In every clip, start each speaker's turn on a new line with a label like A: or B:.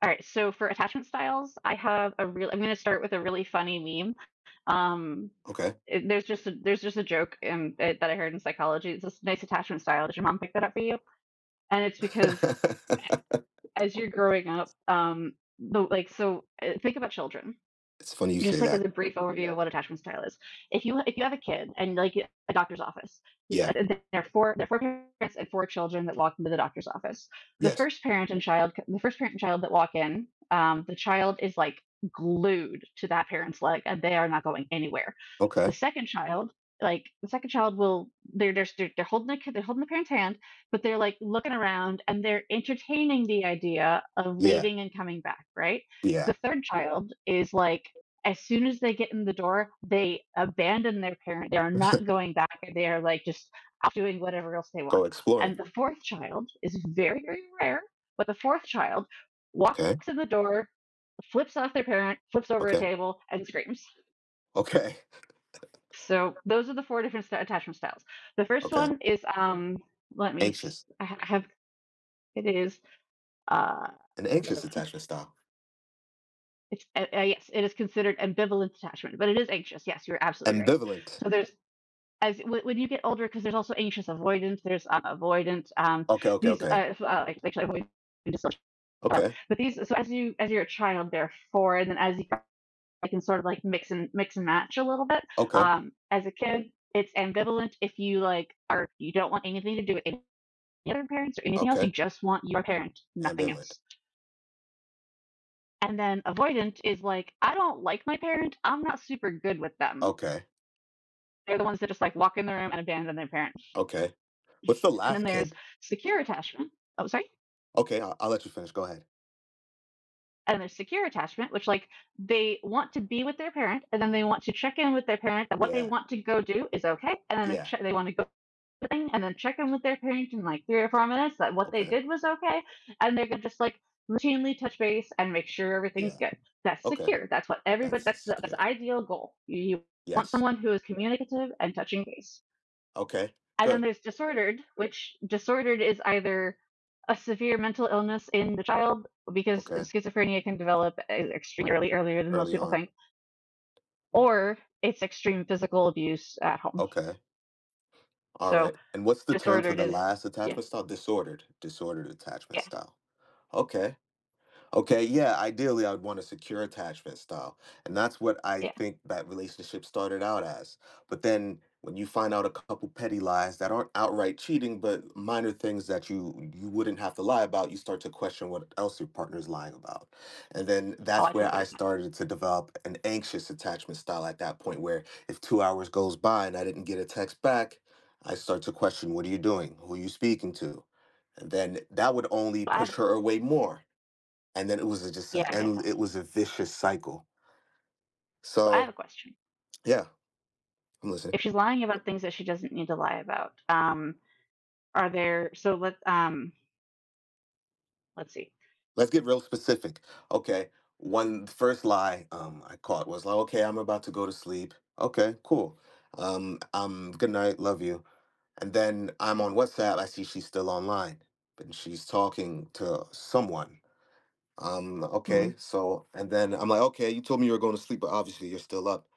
A: All right, so for attachment styles, I have a real. I'm going to start with a really funny meme. Um,
B: Okay.
A: there's there's just a joke that I heard in psychology. It's this nice attachment style. Did your mom pick that up for you? And it's because as you're growing up, the like so think about children
B: It's funny you
A: just
B: say
A: like as
B: that.
A: a brief overview of what attachment style is. If you have a kid and like a doctor's office,
B: Yeah.
A: there are four parents and four children that walk into the doctor's office. The
B: Yes.
A: first parent and child the first parent and child that walk in, the child is like glued to that parent's leg and they are not going anywhere. the
B: Okay.
A: second child like the second child will holding they're holding the parent's hand, but they're like looking around and they're entertaining the idea of
B: Yeah.
A: leaving and coming back, right?
B: Yeah.
A: The third child is like, as soon as they get in the door, they abandon their parent. They are not going back. They are like just out doing whatever else they want.
B: Go
A: And
B: exploring.
A: the fourth child is very, very rare, but the fourth child
B: Okay.
A: walks in the door, flips off their parent, flips over a
B: Okay.
A: table, and screams.
B: Okay.
A: So those are the four different attachment styles. The first
B: Okay.
A: one is let me,
B: Anxious.
A: I have it is uh,
B: An anxious attachment style.
A: it's yes, it is considered ambivalent attachment, but it is anxious. Yes, you're absolutely right.
B: Ambivalent.
A: So there's as when you get older, because there's also anxious avoidance, there's avoidant,
B: Okay. Okay.
A: these,
B: Okay.
A: like, actually avoidant dyssocial.
B: Okay.
A: But these, so as you're a child, there are four, and then as you I can sort of like mix and match a little bit.
B: Okay.
A: As a kid, it's ambivalent if you like are you don't want anything to do with any other parents or anything else.
B: Okay.
A: You just want your parent, nothing
B: Ambivalent.
A: else. And then avoidant is like, I don't like my parent. I'm not super good with them.
B: Okay.
A: They're the ones that just like walk in the room and abandon their parent.
B: Okay. What's the
A: And then
B: last
A: there's
B: kid?
A: secure attachment. Oh, sorry.
B: Okay. I'll let you finish. Go ahead.
A: And there's secure attachment, which like they want to be with their parent, and then they want to check in with their parent that what they
B: Yeah.
A: want to go do is okay, and then
B: Yeah.
A: they want to go thing, and then check in with their parent in like 3 or 4 minutes that what they
B: Okay.
A: did was okay, and they're gonna just like routinely touch base and make sure everything's
B: Yeah.
A: good. That's
B: Okay.
A: secure. That's what everybody.
B: That's
A: That's that's the
B: secure.
A: ideal goal. You want
B: Yes.
A: someone who is communicative and touching base.
B: Okay.
A: And then
B: Good.
A: there's disordered, which disordered is either a severe mental illness in the child because
B: Okay.
A: schizophrenia can develop extremely early, earlier than most
B: Early
A: people
B: on.
A: think, or it's extreme physical abuse at home.
B: Okay. All
A: So
B: right. And what's the term for
A: disordered
B: the
A: is,
B: last
A: yeah,
B: attachment style? Disordered. Disordered attachment
A: yeah,
B: style. Okay. Okay, yeah, ideally I would want a secure attachment style. And that's what I
A: yeah.
B: think that relationship started out as. But then when you find out a couple petty lies that aren't outright cheating, but minor things that you wouldn't have to lie about, you start to question what else your partner is lying about. And then
A: Oh,
B: that's
A: I
B: where
A: totally
B: I
A: get that.
B: started to develop an anxious attachment style at that point where if 2 hours goes by and I didn't get a text back, I start to question, what are you doing? Who are you speaking to? And then that would only
A: So I have,
B: push her away more, and then it was just
A: yeah,
B: an
A: I get that.
B: end. It was a vicious cycle.
A: So I have a
B: So
A: question.
B: yeah, I'm listening.
A: If she's lying about things that she doesn't need to lie about, are there? Let's see.
B: Let's get real specific. Okay, one first lie I caught was like, okay, I'm about to go to sleep. Okay, cool. Good night, love you. And then I'm on WhatsApp. I see she's still online, and she's talking to someone.
A: Hmm.
B: Okay, so and then I'm like, okay, you told me you were going to sleep, but obviously you're still up.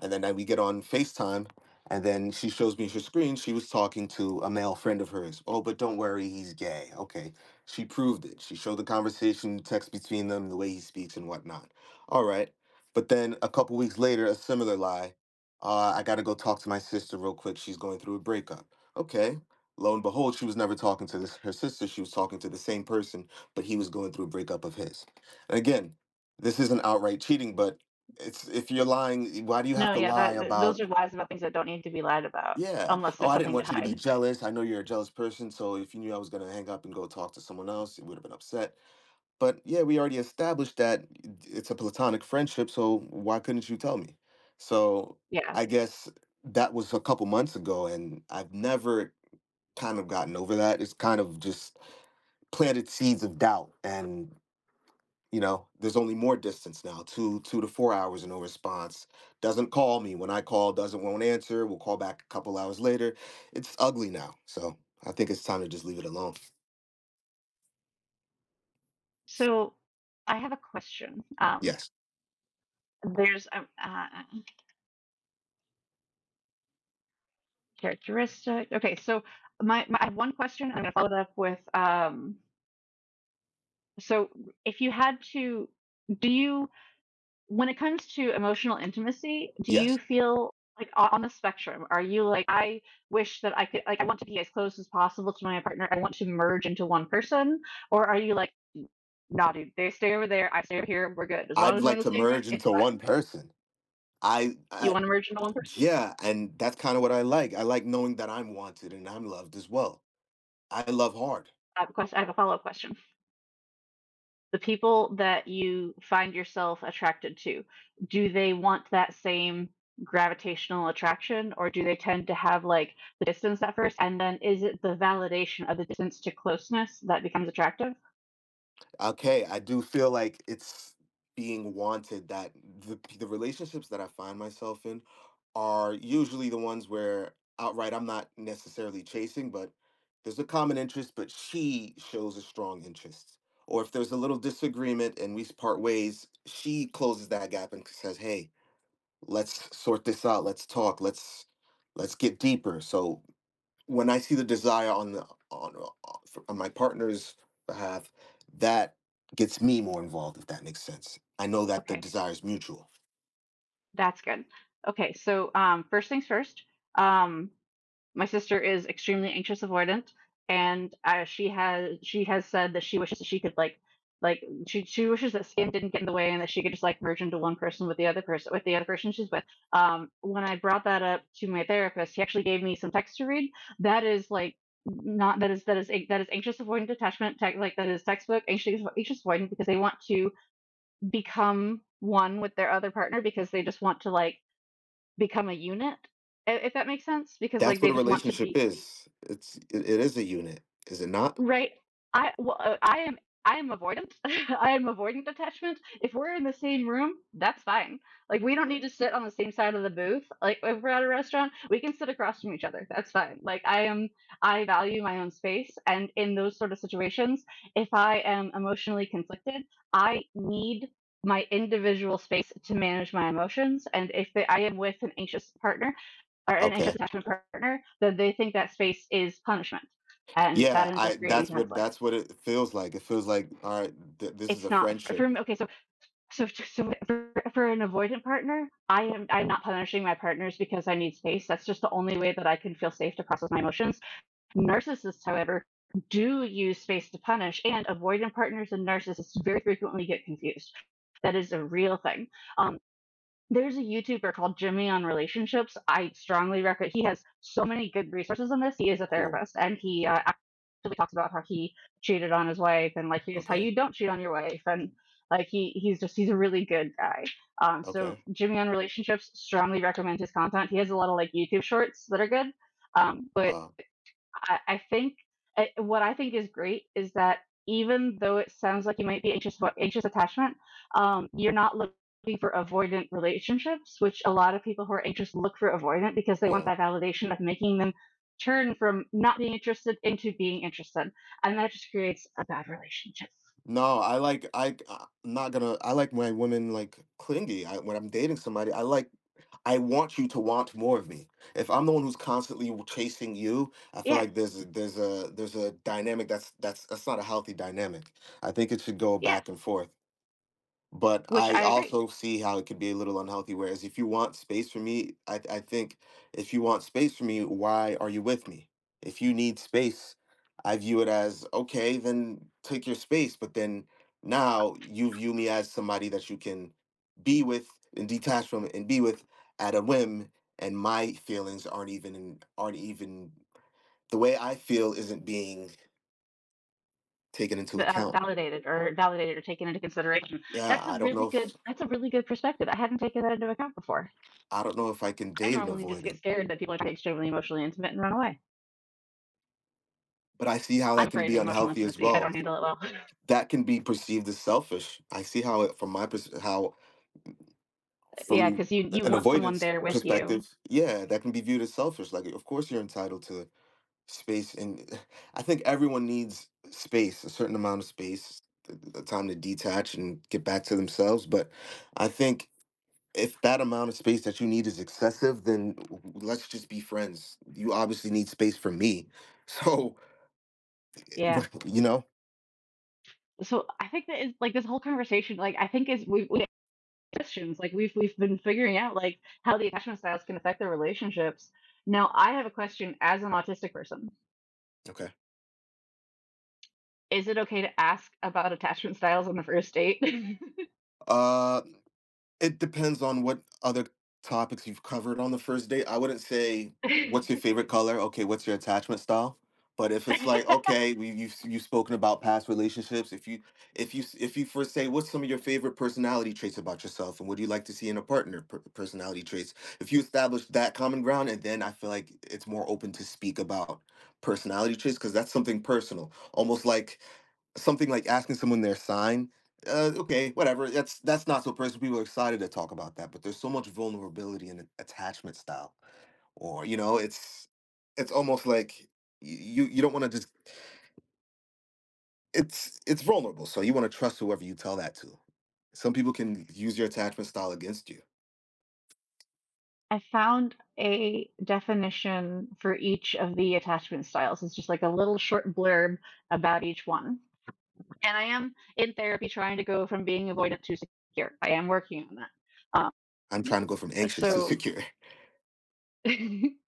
B: And then we get on FaceTime, and then she shows me her screen. She was talking to a male friend of hers. Oh, but don't worry, he's gay. Okay. She proved it. She showed the conversation, the text between them, the way he speaks and whatnot. All right. But then a couple weeks later, a similar lie. I got to go talk to my sister real quick. She's going through a breakup. Okay. Lo and behold, she was never talking to her sister. She was talking to the same person, but he was going through a breakup of his. And again, this isn't outright cheating, but it's, if you're lying, why do you
A: No,
B: have to
A: yeah,
B: lie
A: that, th those are
B: about,
A: lies about things that don't need to be lied about
B: yeah,
A: unless
B: oh,
A: there's
B: I didn't
A: something to
B: want you to
A: hide.
B: be jealous. I know you're a jealous person, so if you knew I was gonna hang up and go talk to someone else, you would have been upset. But yeah, we already established that it's a platonic friendship, so why couldn't you tell me? So
A: Yeah.
B: I guess that was a couple months ago, and I've never kind of gotten over that. It's kind of just planted seeds of doubt, and you know there's only more distance now, 2 to 4 hours and no response, doesn't call me when I call, doesn't, won't answer, we'll call back a couple hours later. It's ugly now, so I think it's time to just leave it alone.
A: So I have a question.
B: Yes.
A: There's characteristic. Okay, so my I have one question. I'm going to follow it up with. So if you had to, do you when it comes to emotional intimacy, do you
B: Yes,
A: feel like on the spectrum? Are you like, I wish that I could like I want to be as close as possible to my partner. I want to merge into one person, or are you like, nah, dude. They stay over there. I stay over here. We're good. As long
B: I'd
A: as we're in
B: like
A: the
B: to
A: same room,
B: merge
A: it's
B: into one
A: fine.
B: person. i,
A: You
B: I
A: want to merge into one person?
B: yeah, and that's kind of what I like. I like knowing that I'm wanted and I'm loved as well. I love hard.
A: I have a question. I have a follow-up question. The people that you find yourself attracted to, do they want that same gravitational attraction, or do they tend to have like the distance at first? And then is it the validation of the distance to closeness that becomes attractive?
B: Okay, I do feel like it's being wanted that the relationships that I find myself in are usually the ones where outright I'm not necessarily chasing, but there's a common interest, but she shows a strong interest. Or if there's a little disagreement and we part ways, she closes that gap and says, "Hey, let's sort this out. Let's talk. Let's get deeper." So when I see the desire on the on on my partner's behalf, that gets me more involved. If that makes sense, I know that the
A: Okay,
B: desire is mutual.
A: that's good. Okay, so first things first, um, my sister is extremely anxious avoidant, and she has said that she wishes that she could like she wishes that Sam didn't get in the way and that she could just like merge into one person with the other person with the other person she's with. When I brought that up to my therapist, he actually gave me some text to read. That is like not that is anxious avoidant detachment tech like that is textbook anxious avoidant because they want to become one with their other partner because they just want to like become a unit if that makes sense because like
B: That's what
A: they
B: a
A: just want to
B: relationship
A: be
B: is. It's it, it is a unit, is it not?
A: right. I well, I am avoidant. I am avoidant attachment. If we're in the same room, that's fine. Like we don't need to sit on the same side of the booth. Like if we're at a restaurant, we can sit across from each other. That's fine. Like I am I value my own space, and in those sort of situations, if I am emotionally conflicted, I need my individual space to manage my emotions. And if I am with an anxious partner or an anxious
B: Okay.
A: attachment partner, then they think that space is punishment. And that
B: Yeah,
A: ends up
B: I
A: creating
B: that's what
A: conflict.
B: it feels like. It feels like, all right, this is
A: It's
B: a
A: not
B: friendship.
A: for okay, so for an avoidant partner, I am I'm not punishing my partners because I need space. That's just the only way that I can feel safe to process my emotions. Narcissists, however, do use space to punish, and avoidant partners and narcissists very frequently get confused. That is a real thing. Um, There's a YouTuber called Jimmy on Relationships. I strongly recommend. He has so many good resources on this. He is a
B: Cool.
A: therapist, and he actually talks about how he cheated on his wife, and like, here's how
B: Okay.
A: you don't cheat on your wife, and like he's just he's a really good guy. So
B: Okay.
A: Jimmy on Relationships, strongly recommend his content. He has a lot of like YouTube shorts that are good. But
B: Uh,
A: I think what I think is great is that even though it sounds like you might be anxious about anxious attachment, you're not looking for avoidant relationships, which a lot of people who are anxious look for avoidant because they want
B: yeah.
A: that validation of making them turn from not being interested into being interested, and that just creates a bad relationship.
B: No, I like I'm not gonna, I like my women like clingy. I when I'm dating somebody, I like I want you to want more of me. If I'm the one who's constantly chasing you, I feel
A: Yeah,
B: like there's a dynamic that's that's not a healthy dynamic. I think it should go
A: yeah,
B: back and forth, but
A: which
B: I
A: I agree.
B: also see how it could be a little unhealthy. Whereas if you want space for me, I think if you want space for me, why are you with me? If you need space, I view it as okay, then take your space. But then now you view me as somebody that you can be with and detach from and be with at a whim, and my feelings aren't even aren't even the way I feel isn't being taken into account.
A: Validated or taken into consideration.
B: Yeah, I don't know if
A: That's a really good perspective. I hadn't taken that into account before.
B: I don't know if I can
A: I
B: date an
A: normally just get
B: avoidant.
A: scared that people are extremely emotionally intimate and run away.
B: But I see how
A: I'm
B: that can
A: afraid
B: be
A: of emotional
B: unhealthy as
A: intimacy. I
B: well.
A: don't handle it well.
B: That can be perceived as selfish. I see how it from my how
A: Yeah,
B: from
A: because you
B: an
A: want someone
B: avoidance
A: there with you.
B: perspective, yeah, that can be viewed as selfish. Like, of course, you're entitled to space, and I think everyone needs space, a certain amount of space, the time to detach and get back to themselves. But I think if that amount of space that you need is excessive, then let's just be friends. You obviously need space for me, so
A: Yeah.
B: you know,
A: So I think that is like this whole conversation. Like I think is we questions like we've been figuring out like how the attachment styles can affect their relationships. Now I have a question as an autistic person.
B: okay.
A: Is it okay to ask about attachment styles on the first date?
B: Uh. It depends on what other topics you've covered on the first date. I wouldn't say, what's your favorite color. Okay, what's your attachment style? But if it's like, okay, you've spoken about past relationships. If you if you if you first say, what's some of your favorite personality traits about yourself, and what do you like to see in a partner? Personality traits. If you establish that common ground, and then I feel like it's more open to speak about personality traits because that's something personal, almost like something like asking someone their sign. Okay, whatever. That's not so personal. People are excited to talk about that, but there's so much vulnerability in attachment style, or you know, it's almost like you you don't want to just it's vulnerable, so you want to trust whoever you tell that to. Some people can use your attachment style against you.
A: I found a definition for each of the attachment styles. It's just like a little short blurb about each one. And I am in therapy trying to go from being avoidant to secure. I am working on that.
B: I'm trying to go from anxious to
A: So,
B: secure.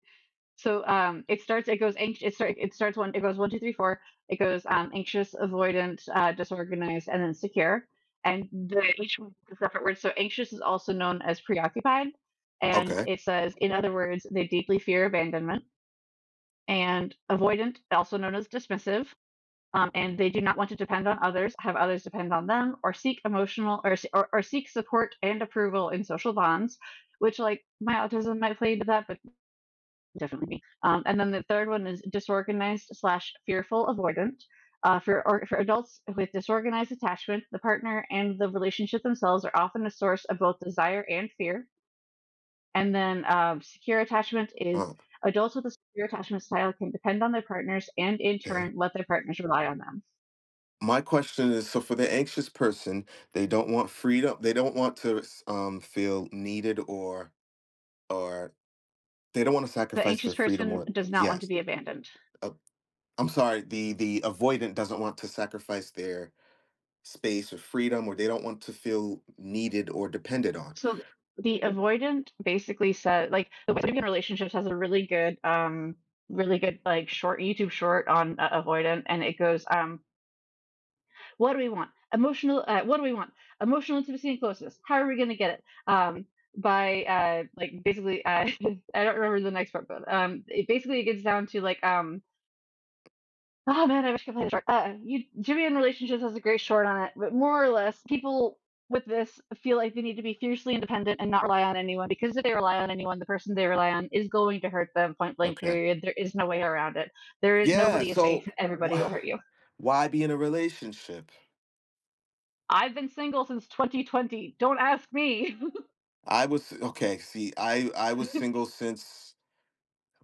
A: so it starts. It goes anxious. It starts one. It goes one, two, three, four. It goes anxious, avoidant, disorganized, and then secure. And the each one is a separate word. So anxious is also known as preoccupied, and
B: Okay.
A: it says, in other words, they deeply fear abandonment, and avoidant, also known as dismissive, and they do not want to depend on others, have others depend on them, or seek emotional or seek support and approval in social bonds. Which, like, my autism might play into that, but definitely me. And then the third one is disorganized slash fearful avoidant. For or for adults with disorganized attachment, the partner and the relationship themselves are often a source of both desire and fear. And then secure attachment is
B: Uh,
A: adults with a secure attachment style can depend on their partners and in
B: okay.
A: turn let their partners rely on them.
B: My question is, so for the anxious person, they don't want freedom, they don't want to feel needed or they don't want to
A: The
B: sacrifice
A: anxious
B: their freedom
A: person
B: or
A: does not want to
B: yes.
A: be abandoned.
B: uh, I'm sorry, the avoidant doesn't want to sacrifice their space or freedom or they don't want to feel needed or depended on.
A: So the avoidant basically said like the way to be in relationships has a really good really good like short YouTube short on avoidant, and it goes what do we want? Emotional what do we want? Emotional intimacy and closeness. How are we going to get it? By like basically I don't remember the next part, but it basically it gets down to like oh man, I wish I could play the short. You Jimmy in Relationships has a great short on it, but more or less, people with this feel like they need to be fiercely independent and not rely on anyone because if they rely on anyone, the person they rely on is going to hurt them. Point blank.
B: Okay,
A: Period. There is no way around it. There is
B: yeah,
A: nobody is safe.
B: so
A: Everybody
B: wh-
A: will hurt you.
B: why be in a relationship?
A: I've been single since 2020. Don't ask me.
B: I was, okay, see I was single since,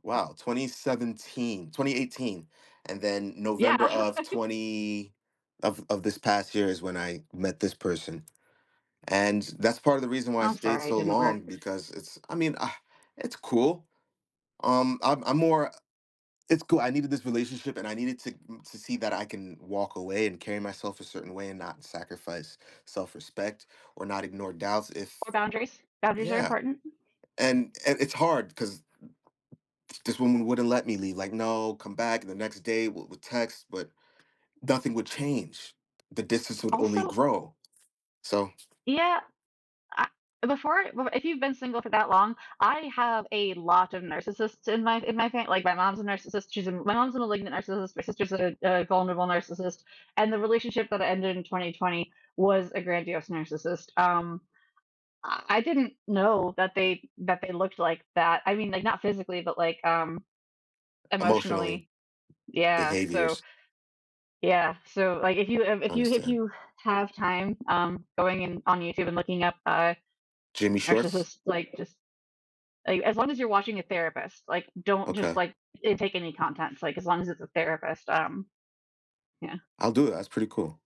B: wow, 2017, 2018, and then
A: Yeah,
B: November of 20 of this past year is when I met this person. And that's part of the reason why I
A: I'm
B: stayed
A: sorry, it
B: so
A: didn't work.
B: long because it's I mean, it's cool. I'm more, it's cool. I needed this relationship and I needed to to see that I can walk away and carry myself a certain way and not sacrifice self-respect or not ignore doubts if
A: Or boundaries. Boundaries are
B: yeah.
A: important.
B: And it's hard because. This woman wouldn't let me leave. Like, no, come back. And the next day would text, but nothing would change. The distance would only
A: Also,
B: grow. So,
A: yeah, I before if you've been single for that long, I have a lot of narcissists in my family. Like my mom's a narcissist. My mom's a malignant narcissist. My sister's a vulnerable narcissist. And the relationship that ended in 2020 was a grandiose narcissist. I didn't know that they looked like that. I mean, like not physically, but like
B: emotionally,
A: emotionally. Yeah. So
B: behaviors,
A: yeah. So like
B: I
A: if
B: understand.
A: you have time, going in on YouTube and looking up
B: Jimmy Shorts?
A: narcissists like just like, as long as you're watching a therapist, like don't just
B: Okay.
A: like take any contents. Like as long as it's a therapist, yeah.
B: I'll do it. That's pretty cool.